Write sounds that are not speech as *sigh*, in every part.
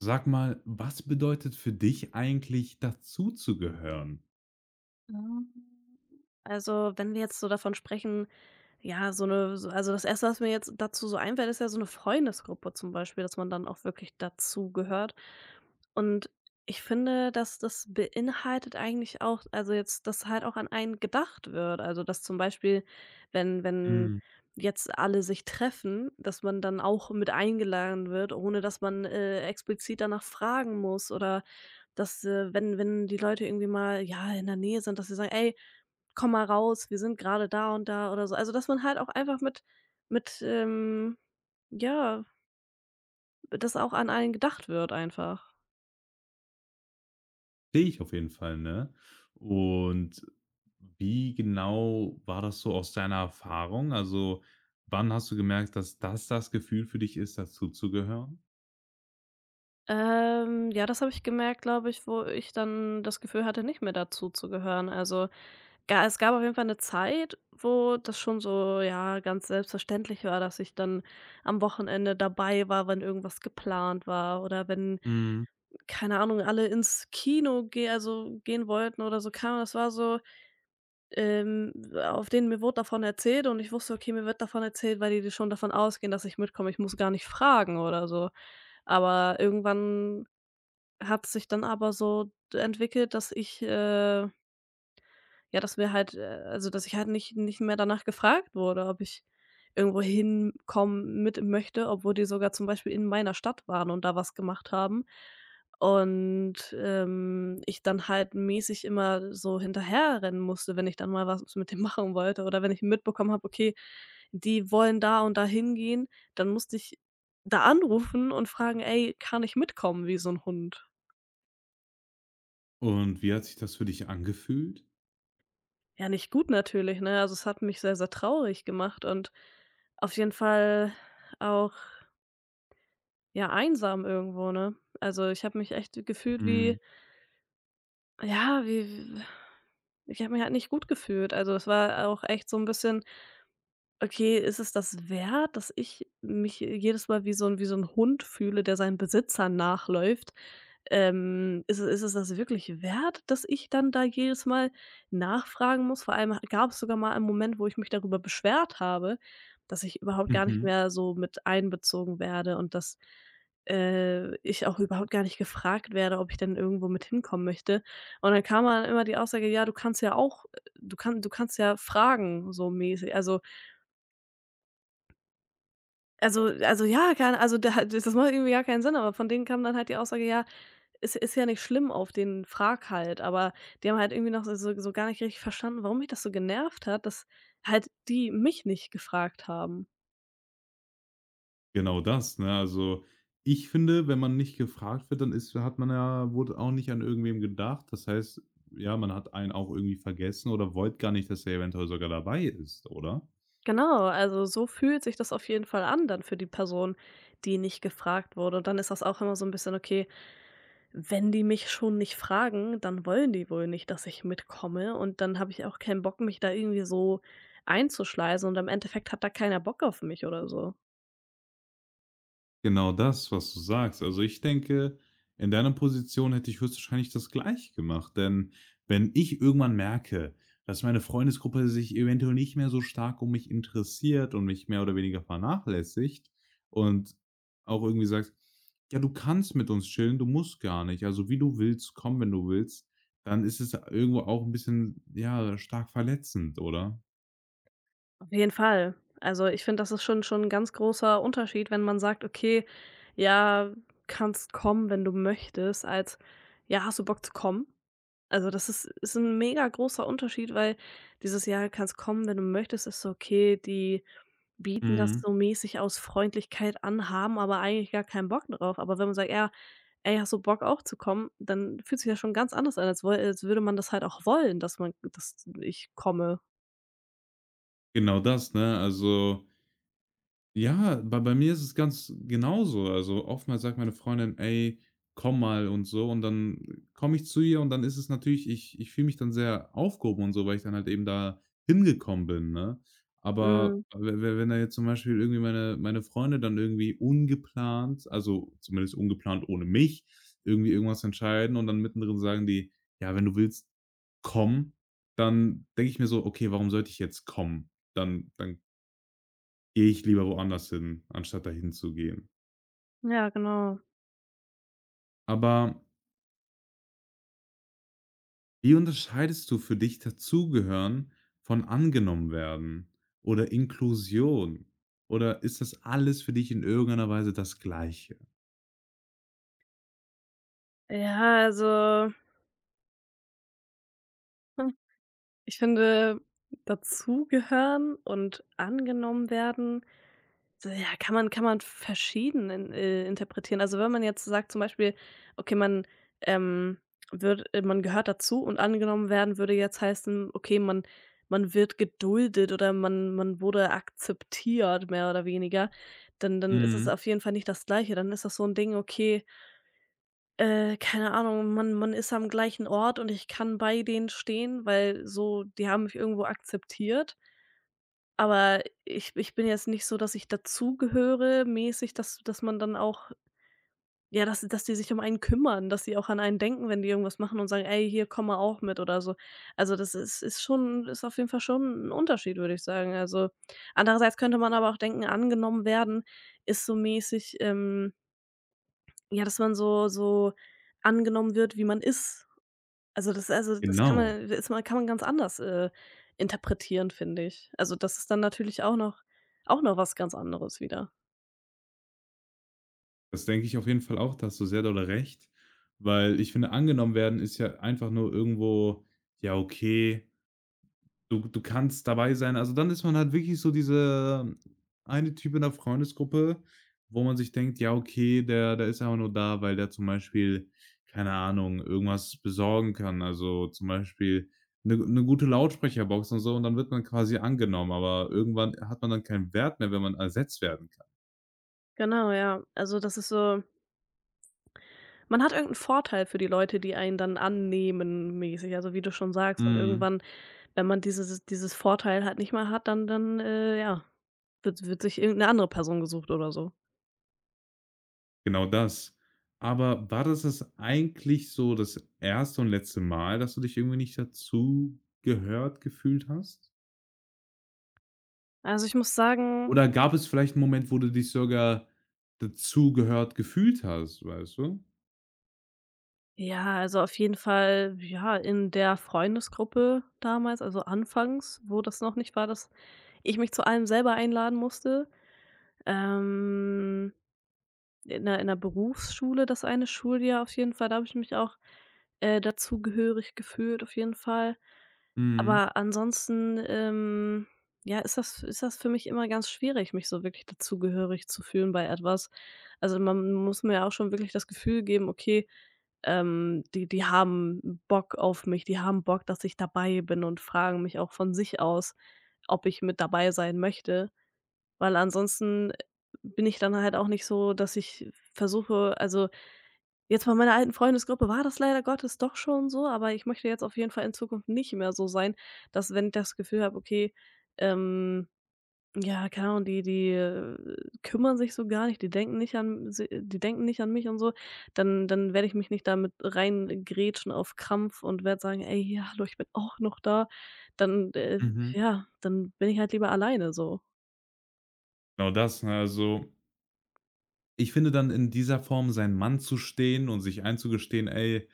Sag mal, was bedeutet für dich eigentlich dazuzugehören? Also, wenn wir jetzt so davon sprechen, ja, so eine, so also, das Erste, was mir jetzt dazu so einfällt, ist ja so eine Freundesgruppe zum Beispiel, dass man dann auch wirklich dazu gehört. Und ich finde, dass das beinhaltet eigentlich auch also, jetzt, dass halt auch an einen gedacht wird. Also, dass zum Beispiel, wenn Mhm. jetzt alle sich treffen, dass man dann auch mit eingeladen wird, ohne dass man, explizit danach fragen muss, oder dass, wenn die Leute irgendwie mal, ja, in der Nähe sind, dass sie sagen: „Ey", „Komm mal raus, wir sind gerade da und da" oder so. Also, dass man halt auch einfach mit mit, ja, dass auch an einen gedacht wird einfach. Sehe ich auf jeden Fall, ne? Und wie genau war das so aus deiner Erfahrung? Also, wann hast du gemerkt, dass das Gefühl für dich ist, dazuzugehören? Ja, das habe ich gemerkt, glaube ich, wo ich dann das Gefühl hatte, nicht mehr dazuzugehören. Also, ga es gab auf jeden Fall eine Zeit, wo das schon so, ja, ganz selbstverständlich war, dass ich dann am Wochenende dabei war, wenn irgendwas geplant war oder wenn, Mhm. keine Ahnung, alle ins Kino geh also, gehen wollten, oder so, keine das war so auf denen mir wurde davon erzählt und ich wusste, okay, mir wird davon erzählt, weil die schon davon ausgehen, dass ich mitkomme. Ich muss gar nicht fragen oder so. Aber irgendwann hat sich dann aber so entwickelt, dass ich, ja, dass wir halt also, dass ich halt nicht mehr danach gefragt wurde, ob ich irgendwo hinkommen mit möchte, obwohl die sogar zum Beispiel in meiner Stadt waren und da was gemacht haben. Und, ich dann halt mäßig immer so hinterherrennen musste, wenn ich dann mal was mit dem *laughs* machen wollte, oder wenn ich mitbekommen habe, okay, die wollen da und da hingehen, dann musste ich da anrufen und fragen: „Ey, kann ich mitkommen?", wie so ein Hund. Und wie hat sich das für dich angefühlt? Ja, nicht gut natürlich, ne? Also, es hat mich sehr, sehr traurig gemacht und auf jeden Fall auch, ja, einsam irgendwo, ne? Also, ich habe mich echt gefühlt wie, Mhm. ja, wie, ich habe mich halt nicht gut gefühlt. Also, es war auch echt so ein bisschen: „Okay, ist es das wert, dass ich mich jedes Mal wie so ein Hund fühle, der seinen Besitzern nachläuft?" Ist es das wirklich wert, dass ich dann da jedes Mal nachfragen muss? Vor allem gab es sogar mal einen Moment, wo ich mich darüber beschwert habe, dass ich überhaupt gar nicht Mhm. mehr so mit einbezogen werde, und dass, ich auch überhaupt gar nicht gefragt werde, ob ich denn irgendwo mit hinkommen möchte. Und dann kam dann immer die Aussage: „Ja, du kannst ja auch du kannst ja fragen", so mäßig. Also, ja, keine also da das macht irgendwie gar keinen Sinn, aber von denen kam dann halt die Aussage: „Ja, ist ja nicht schlimm, auf den frag halt." Aber die haben halt irgendwie noch so gar nicht richtig verstanden, warum mich das so genervt hat, dass halt die mich nicht gefragt haben. Genau das, ne? Also, ich finde, wenn man nicht gefragt wird, dann ist hat man ja wurde auch nicht an irgendwem gedacht. Das heißt, ja, man hat einen auch irgendwie vergessen oder wollte gar nicht, dass er eventuell sogar dabei ist, oder? Genau, also so fühlt sich das auf jeden Fall an dann für die Person, die nicht gefragt wurde. Und dann ist das auch immer so 'n bisschen: „Okay, wenn die mich schon nicht fragen, dann wollen die wohl nicht, dass ich mitkomme, und dann habe ich auch keinen Bock, mich da irgendwie so einzuschleusen, und im Endeffekt hat da keiner Bock auf mich oder so." Genau das, was du sagst. Also, ich denke, in deiner Position hätte ich höchstwahrscheinlich das Gleiche gemacht, denn wenn ich irgendwann merke, dass meine Freundesgruppe sich eventuell nicht mehr so stark um mich interessiert und mich mehr oder weniger vernachlässigt und auch irgendwie sagt: „Ja, du kannst mit uns chillen, du musst gar nicht. Also, wie du willst, komm, wenn du willst“, dann ist es irgendwo auch ein bisschen, ja, stark verletzend, oder? Auf jeden Fall. Also, ich finde, das ist schon ein ganz großer Unterschied, wenn man sagt: „Okay, ja, kannst kommen, wenn du möchtest", als: „Ja, hast du Bock zu kommen?" Also, das ist ein mega großer Unterschied, weil dieses „Jahr kannst kommen, wenn du möchtest", ist so, okay, die bieten das Mhm. so mäßig aus Freundlichkeit an, haben aber eigentlich gar keinen Bock drauf. Aber wenn man sagt: „Ja, ey, hast du Bock auch zu kommen?", dann fühlt sich das schon ganz anders an, als woll als würde man das halt auch wollen, dass man dass ich komme. Genau das, ne? Also ja, bei mir ist es ganz genauso. Also, oftmals sagt meine Freundin: „Ey, komm mal“ und so und dann komme ich zu ihr und dann ist es natürlich ich fühle mich dann sehr aufgehoben und so, weil ich dann halt eben da hingekommen bin, ne? Aber Mhm. we we wenn da jetzt zum Beispiel irgendwie meine Freunde dann irgendwie ungeplant, also zumindest ungeplant ohne mich, irgendwie irgendwas entscheiden und dann mittendrin sagen die: „Ja, wenn du willst, komm.“ Dann denke ich mir so: „Okay, warum sollte ich jetzt kommen? Dann gehe ich lieber woanders hin, anstatt dahin zu gehen.“ Ja, genau. Aber wie unterscheidest du für dich Dazugehören von angenommen werden oder Inklusion? Oder ist das alles für dich in irgendeiner Weise das Gleiche? Ja, also, hm, ich finde, dazugehören und angenommen werden, so, ja, kann man verschieden in interpretieren. Also, wenn man jetzt sagt zum Beispiel, okay, man, ähm, wird man gehört dazu, und angenommen werden würde jetzt heißen, okay, man wird geduldet oder man wurde akzeptiert, mehr oder weniger, dann ist es Mhm. auf jeden Fall nicht das Gleiche. Dann ist das so ein Ding, okay, keine Ahnung, man ist am gleichen Ort und ich kann bei denen stehen, weil so die haben mich irgendwo akzeptiert. Aber ich bin jetzt nicht so, dass ich dazugehöre mäßig, dass man dann auch, ja, dass die sich um einen kümmern, dass sie auch an einen denken, wenn die irgendwas machen und sagen: „Ey, hier, komm mal auch mit" oder so. Also, das ist auf jeden Fall schon ein Unterschied, würde ich sagen. Also, andererseits könnte man aber auch denken, angenommen werden ist so mäßig, ja, dass man so angenommen wird, wie man ist. Also, das Genau. Kann man ganz anders, interpretieren, finde ich. Also, das ist dann natürlich auch noch was ganz anderes wieder. Das denke ich auf jeden Fall auch, da hast du sehr dolle recht, weil ich finde, angenommen werden ist ja einfach nur irgendwo, ja, okay. Du kannst dabei sein. Also, dann ist man halt wirklich so diese eine Typ in der Freundesgruppe, wo man sich denkt: „Ja, okay, der ist einfach nur da, weil der zum Beispiel, keine Ahnung, irgendwas besorgen kann.“ Also, zum Beispiel eine 'ne gute Lautsprecherbox und so und dann wird man quasi angenommen, aber irgendwann hat man dann keinen Wert mehr, wenn man ersetzt werden kann. Genau, ja. Also, das ist so. Man hat irgend 'n Vorteil für die Leute, die einen dann annehmen mäßig, also, wie du schon sagst, und Mhm, irgendwann, wenn man dieses Vorteil halt nicht mehr hat, dann, dann, ja, wird sich irgend 'ne andere Person gesucht oder so. genau das. Aber war das eigentlich so das erste und letzte Mal, dass du dich irgendwie nicht dazu gehört gefühlt hast? Also, ich muss sagen, Oder gab es vielleicht 'n Moment, wo du dich sogar dazugehört gefühlt hast, weißt du? ja, also, auf jeden Fall, ja, in der Freundesgruppe damals, also, anfangs, wo das noch nicht war, dass ich mich zu allem selber einladen musste, ähm in 'ner Berufsschule das eine Schuljahr auf jeden Fall, da habe ich mich auch, dazugehörig gefühlt auf jeden Fall. Mhm. Aber ansonsten, ja, ist das für mich immer ganz schwierig, mich so wirklich dazugehörig zu fühlen bei etwas. Also, man muss mir ja auch schon wirklich das Gefühl geben: „Okay, die haben Bock auf mich, die haben Bock, dass ich dabei bin" und fragen mich auch von sich aus, ob ich mit dabei sein möchte. Weil ansonsten bin ich dann halt auch nicht so, dass ich versuche, also, jetzt bei meiner alten Freundesgruppe war das leider Gottes doch schon so, aber ich möchte jetzt auf jeden Fall in Zukunft nicht mehr so sein, dass, wenn ich das Gefühl habe, okay, ähm, ja, keine Ahnung, die kümmern sich so gar nicht, die denken nicht an si die denken nicht an mich und so, dann werde ich mich nicht damit mit reingrätschen auf Krampf und werde sagen: „Ey, ja, hallo, ich bin auch noch da." Dann, Mhm. ja, dann bin ich halt lieber alleine so. Genau das, ne? Also ich finde dann in dieser Form seinen Mann zu stehen und sich einzugestehen: „Ey,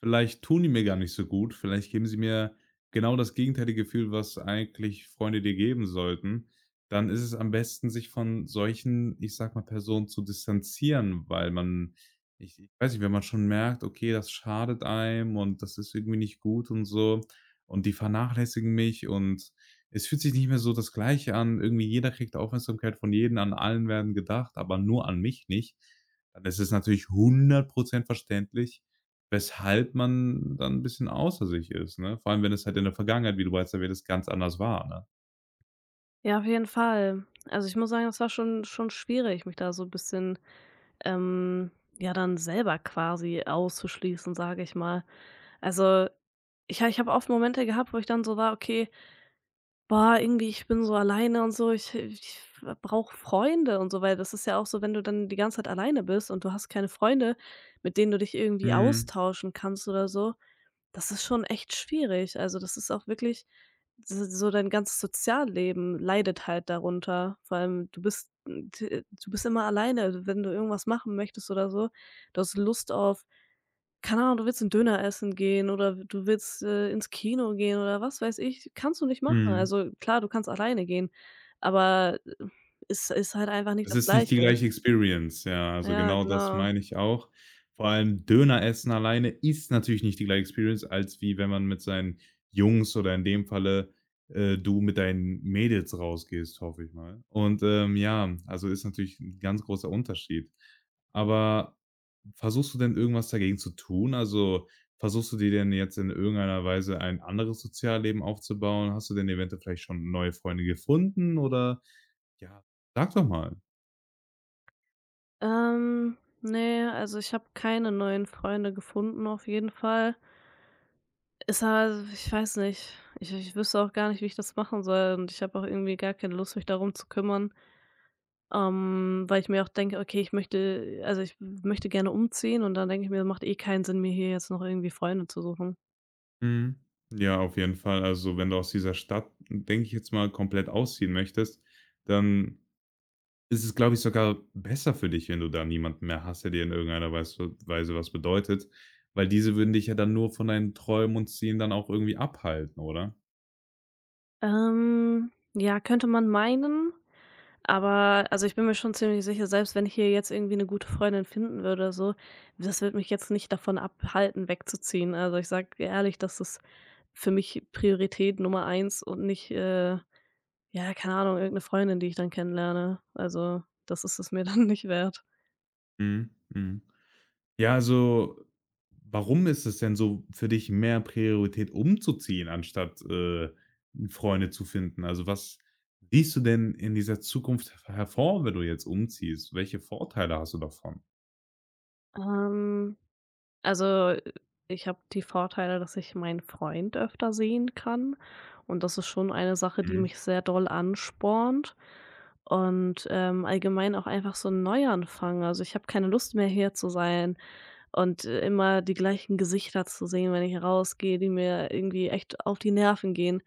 vielleicht tun die mir gar nicht so gut. Vielleicht geben sie mir genau das gegenteilige Gefühl, was eigentlich Freunde dir geben sollten.“ Dann ist es am besten, sich von solchen, ich sage mal, Personen zu distanzieren, weil man ich weiß nicht, wenn man schon merkt: „Okay, das schadet einem und das ist irgendwie nicht gut und so und die vernachlässigen mich und“ es fühlt sich nicht mehr so das Gleiche an. Irgendwie jeder kriegt Aufmerksamkeit von jedem, an allen werden gedacht, aber nur an mich nicht. Dann ist es natürlich 100% verständlich, weshalb man dann 'n bisschen außer sich ist, ne? Vor allem, wenn es halt in der Vergangenheit, wie du bereits erwähnt hast, ganz anders war, ne? Ja, auf jeden Fall. Also, ich muss sagen, das war schon schwierig, mich da so 'n bisschen, ähm, ja, dann selber quasi auszuschließen, sage ich mal. Also, ich habe oft Momente gehabt, wo ich dann so war: „Okay, boah, irgendwie ich bin so alleine und so, ich brauche Freunde" und so, weil das ist ja auch so, wenn du dann die ganze Zeit alleine bist und du hast keine Freunde, mit denen du dich irgendwie Mhm, austauschen kannst oder so, das ist schon echt schwierig. Also, das ist auch wirklich s so dein ganzes Sozialleben leidet halt darunter. Vor allem, du bist immer alleine, wenn du irgendwas machen möchtest oder so. Du hast Lust auf, keine Ahnung, du willst 'n Döner essen gehen, oder du willst, ins Kino gehen, oder was weiß ich, kannst du nicht machen. mhm. Also, klar, du kannst alleine gehen, aber es ist halt einfach nicht Es das ist nicht Gleiche. die gleiche Experience, ja. Also, Ja, genau das genau. meine ich auch. Vor allem Döner essen alleine ist natürlich nicht die gleiche Experience, als wie wenn man mit seinen Jungs oder in dem Falle, du mit deinen Mädels rausgehst, hoffe ich mal. Und, ja, also, ist natürlich ein ganz großer Unterschied. Aber versuchst du denn irgendwas dagegen zu tun? Also, versuchst du dir denn jetzt in irgendeiner Weise ein anderes Sozialleben aufzubauen? Hast du denn eventuell vielleicht schon neue Freunde gefunden oder ja, sag doch mal. Ne, also, ich habe keine neuen Freunde gefunden auf jeden Fall. Ist halt, ich weiß nicht. Ich wüsste auch gar nicht, wie ich das machen soll, und ich habe auch irgendwie gar keine Lust, mich darum zu kümmern, weil ich mir auch denke: „Okay, ich möchte, also, ich möchte gerne umziehen", und dann denke ich mir, macht eh keinen Sinn, mir hier jetzt noch irgendwie Freunde zu suchen. Mhm. Ja, auf jeden Fall. Also, wenn du aus dieser Stadt, denke ich jetzt mal, komplett ausziehen möchtest, dann ist es, glaube ich, sogar besser für dich, wenn du da niemanden mehr hast, der dir in irgendeiner Weise was bedeutet, weil diese würden dich ja dann nur von deinen Träumen und Zielen dann auch irgendwie abhalten, oder? Ja, könnte man meinen, aber also, ich bin mir schon ziemlich sicher, selbst wenn ich hier jetzt irgendwie eine gute Freundin finden würde oder so, das wird mich jetzt nicht davon abhalten, wegzuziehen. Also, ich sage dir ehrlich, das ist für mich Priorität Nummer eins und nicht, ja, keine Ahnung, irgendeine Freundin, die ich dann kennenlerne. Also, das ist es mir *laughs* dann nicht wert. Mhm, mhm. Ja, also, warum ist es denn so für dich mehr Priorität umzuziehen, anstatt, Freunde zu finden? Also, was siehst du denn in dieser Zukunft h hervor, wenn du jetzt umziehst? Welche Vorteile hast du davon? Ähm, also, ich habe die Vorteile, dass ich meinen Freund öfter sehen kann, und das ist schon eine Sache, die Mhm. mich sehr doll anspornt, und, allgemein auch einfach so ein Neuanfang. Also, ich habe keine Lust mehr, hier zu sein, und immer die gleichen Gesichter zu sehen, wenn ich rausgehe, die mir irgendwie echt auf die Nerven gehen.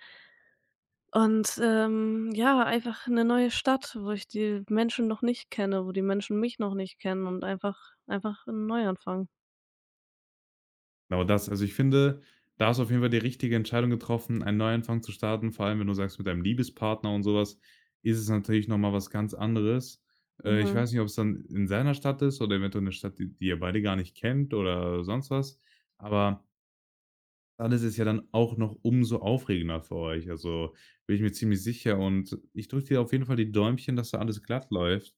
Und, ja, einfach eine neue Stadt, wo ich die Menschen noch nicht kenne, wo die Menschen mich noch nicht kennen, und einfach 'n Neuanfang. Genau das. Also, ich finde, da hast du auf jeden Fall die richtige Entscheidung getroffen, einen Neuanfang zu starten. Vor allem, wenn du sagst, mit deinem Liebespartner und sowas, ist es natürlich noch mal was ganz anderes. Ich Mhm. weiß nicht, ob es dann in seiner Stadt ist oder eventuell eine Stadt, die ihr beide gar nicht kennt oder sonst was. Aber alles ist ja dann auch noch umso aufregender für euch. Also, bin ich mir ziemlich sicher und ich drücke dir auf jeden Fall die Däumchen, dass da alles glatt läuft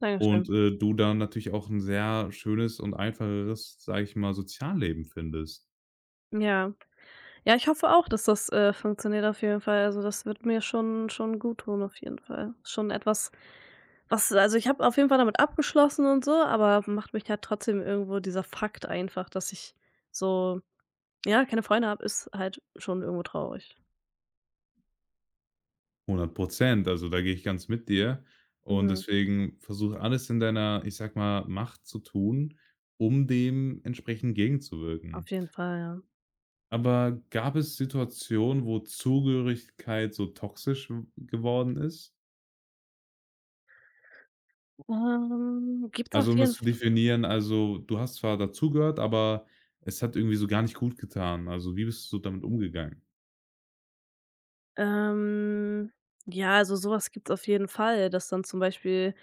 Dankeschön. und, du dann natürlich auch ein sehr schönes und einfacheres, sage ich mal, Sozialleben findest. Ja. Ja, ich hoffe auch, dass das, funktioniert auf jeden Fall. Also, das wird mir schon gut tun auf jeden Fall. Schon etwas, was, also, ich habe auf jeden Fall damit abgeschlossen und so, aber macht mich halt trotzdem irgendwo dieser Fakt einfach, dass ich so, ja, keine Freunde habe, ist halt schon irgendwo traurig. Hundert Prozent, also da gehe ich ganz mit dir und Mhm. deswegen versuche alles in deiner, ich sage mal, Macht zu tun, um dem entsprechend gegenzuwirken. Auf jeden Fall, ja. Aber gab es Situationen, wo Zugehörigkeit so toxisch geworden ist? Gibt's Also, auf um jeden das F zu definieren, also, du hast zwar dazugehört, aber es hat irgendwie so gar nicht gut getan. Also, wie bist du damit umgegangen? Ähm, ja, also, sowas gibt's auf jeden Fall, dass dann zum Beispiel,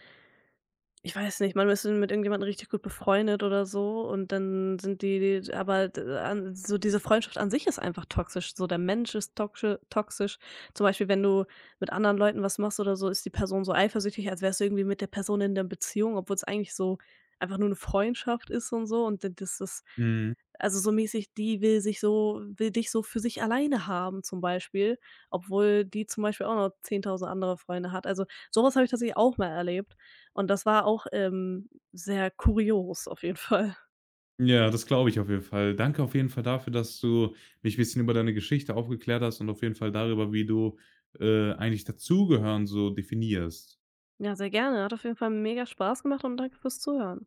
ich weiß nicht, man ist mit irgendjemandem richtig gut befreundet oder so, und dann sind die aber d an so diese Freundschaft an sich ist einfach toxisch. So, der Mensch ist toxisch. Zum Beispiel, wenn du mit anderen Leuten was machst oder so, ist die Person so eifersüchtig, als wärst du irgendwie mit der Person in der Beziehung, obwohl es eigentlich so einfach nur eine Freundschaft ist und so, und d das ist Mhm. also so mäßig, die will dich so für sich alleine haben zum Beispiel, obwohl die zum Beispiel auch noch 10.000 andere Freunde hat. Also, sowas habe ich tatsächlich auch mal erlebt. Und das war auch, sehr kurios auf jeden *laughs* Fall. Ja, das glaube ich auf jeden Fall. Danke auf jeden Fall dafür, dass du mich ein bisschen über deine Geschichte aufgeklärt hast und auf jeden Fall darüber, wie du, eigentlich dazugehören so definierst. Ja, sehr gerne. Hat auf jeden Fall mega Spaß gemacht, und danke fürs Zuhören.